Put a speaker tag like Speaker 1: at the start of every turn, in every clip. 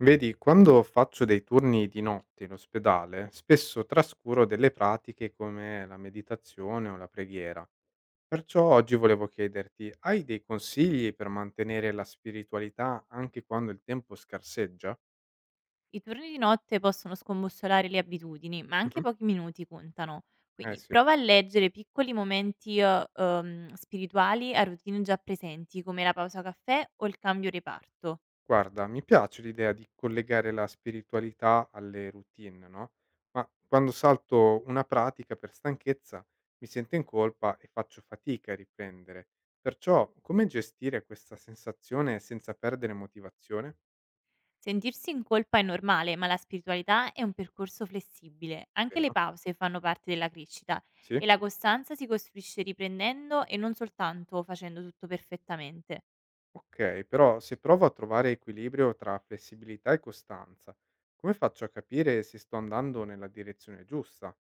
Speaker 1: Vedi, quando faccio dei turni di notte in ospedale, spesso trascuro delle pratiche come la meditazione o la preghiera. Perciò oggi volevo chiederti, hai dei consigli per mantenere la spiritualità anche quando il tempo scarseggia?
Speaker 2: I turni di notte possono scombussolare le abitudini, ma anche
Speaker 1: Mhm.
Speaker 2: pochi minuti contano.
Speaker 1: Eh
Speaker 2: Quindi
Speaker 1: sì.
Speaker 2: prova a leggere piccoli momenti spirituali a routine già presenti, come la pausa caffè o il cambio reparto.
Speaker 1: Guarda, mi piace l'idea di collegare la spiritualità alle routine, no? Ma quando salto una pratica per stanchezza mi sento in colpa e faccio fatica a riprendere. Perciò, come gestire questa sensazione senza perdere motivazione?
Speaker 2: Sentirsi in colpa è normale, ma la spiritualità è un percorso flessibile. Anche le
Speaker 1: Vero?
Speaker 2: pause fanno parte della crescita
Speaker 1: Sì?
Speaker 2: e la costanza si costruisce riprendendo e non soltanto facendo tutto perfettamente.
Speaker 1: Ok, però se provo a trovare equilibrio tra flessibilità e costanza, come faccio a capire se sto andando nella direzione giusta?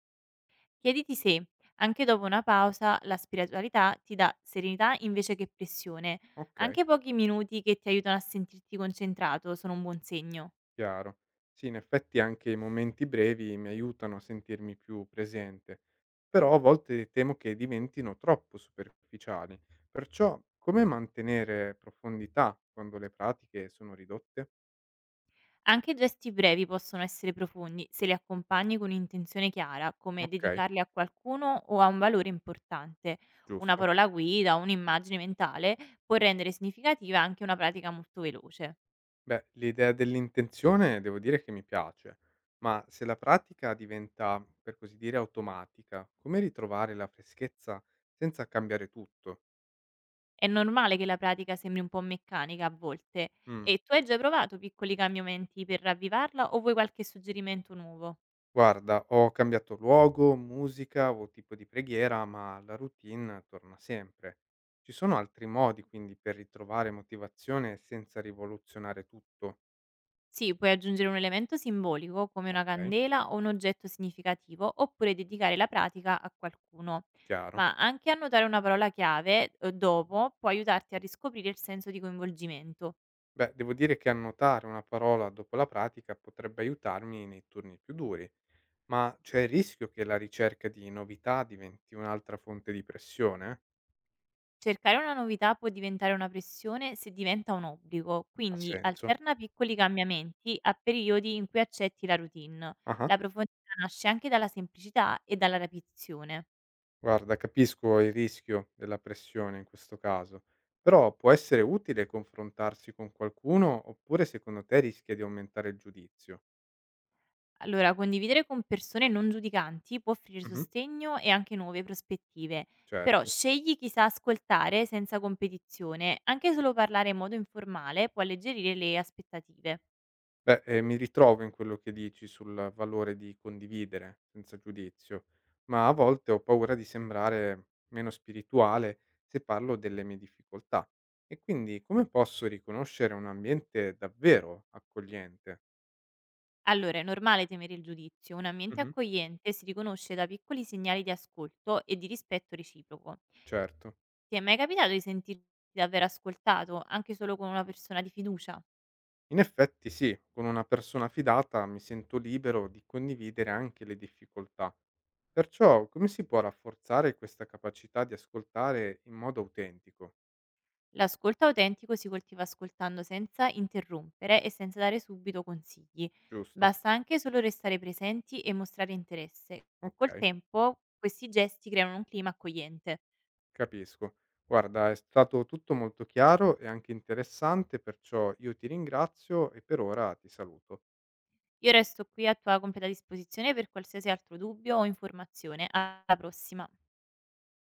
Speaker 2: Chiediti se, anche dopo una pausa, la spiritualità ti dà serenità invece che pressione.
Speaker 1: Ok.
Speaker 2: Anche pochi minuti che ti aiutano a sentirti concentrato sono un buon segno.
Speaker 1: Chiaro. Sì, in effetti anche i momenti brevi mi aiutano a sentirmi più presente, però a volte temo che diventino troppo superficiali. Perciò, come mantenere profondità quando le pratiche sono ridotte?
Speaker 2: Anche gesti brevi possono essere profondi se li accompagni con un'intenzione chiara, come
Speaker 1: Ok,
Speaker 2: dedicarli a qualcuno o a un valore importante. Una
Speaker 1: giusto.
Speaker 2: parola guida, un'immagine mentale può rendere significativa anche una pratica molto veloce.
Speaker 1: Beh, l'idea dell'intenzione devo dire che mi piace, ma se la pratica diventa, per così dire, automatica, come ritrovare la freschezza senza cambiare tutto?
Speaker 2: È normale che la pratica sembri un po' meccanica a volte.
Speaker 1: Mm.
Speaker 2: E tu hai già provato piccoli cambiamenti per ravvivarla o vuoi qualche suggerimento nuovo?
Speaker 1: Guarda, ho cambiato luogo, musica o tipo di preghiera, ma la routine torna sempre. Ci sono altri modi quindi per ritrovare motivazione senza rivoluzionare tutto?
Speaker 2: Sì, puoi aggiungere un elemento simbolico come una
Speaker 1: Ok.
Speaker 2: candela o un oggetto significativo oppure dedicare la pratica a qualcuno.
Speaker 1: Chiaro.
Speaker 2: Ma anche annotare una parola chiave dopo può aiutarti a riscoprire il senso di coinvolgimento.
Speaker 1: Beh, devo dire che annotare una parola dopo la pratica potrebbe aiutarmi nei turni più duri, ma c'è il rischio che la ricerca di novità diventi un'altra fonte di pressione?
Speaker 2: Cercare una novità può diventare una pressione se diventa un obbligo,
Speaker 1: Ha
Speaker 2: quindi
Speaker 1: senso?
Speaker 2: alterna piccoli cambiamenti a periodi in cui accetti la routine.
Speaker 1: Ah.
Speaker 2: La profondità nasce anche dalla semplicità e dalla ripetizione.
Speaker 1: Guarda, capisco il rischio della pressione in questo caso, però può essere utile confrontarsi con qualcuno oppure secondo te rischia di aumentare il giudizio?
Speaker 2: Allora, condividere con persone non giudicanti può offrire
Speaker 1: Mhm.
Speaker 2: sostegno e anche nuove prospettive, però
Speaker 1: Certo.
Speaker 2: scegli chi sa ascoltare senza competizione, anche solo parlare in modo informale può alleggerire le aspettative.
Speaker 1: Beh, mi ritrovo in quello che dici sul valore di condividere senza giudizio, ma a volte ho paura di sembrare meno spirituale se parlo delle mie difficoltà. E quindi come posso riconoscere un ambiente davvero accogliente?
Speaker 2: Allora, è normale temere il giudizio. Un ambiente
Speaker 1: Mhm.
Speaker 2: accogliente si riconosce da piccoli segnali di ascolto e di rispetto reciproco.
Speaker 1: Certo.
Speaker 2: Ti è mai capitato di sentirti davvero ascoltato, anche solo con una persona di fiducia?
Speaker 1: In effetti sì, con una persona fidata mi sento libero di condividere anche le difficoltà. Perciò come si può rafforzare questa capacità di ascoltare in modo autentico?
Speaker 2: L'ascolto autentico si coltiva ascoltando senza interrompere e senza dare subito consigli.
Speaker 1: Giusto?
Speaker 2: Basta anche solo restare presenti e mostrare interesse. Col
Speaker 1: Ok,
Speaker 2: tempo, questi gesti creano un clima accogliente.
Speaker 1: capisco. Guarda, è stato tutto molto chiaro e anche interessante, perciò io ti ringrazio e per ora ti saluto.
Speaker 2: Io resto qui a tua completa disposizione per qualsiasi altro dubbio o informazione. Alla prossima!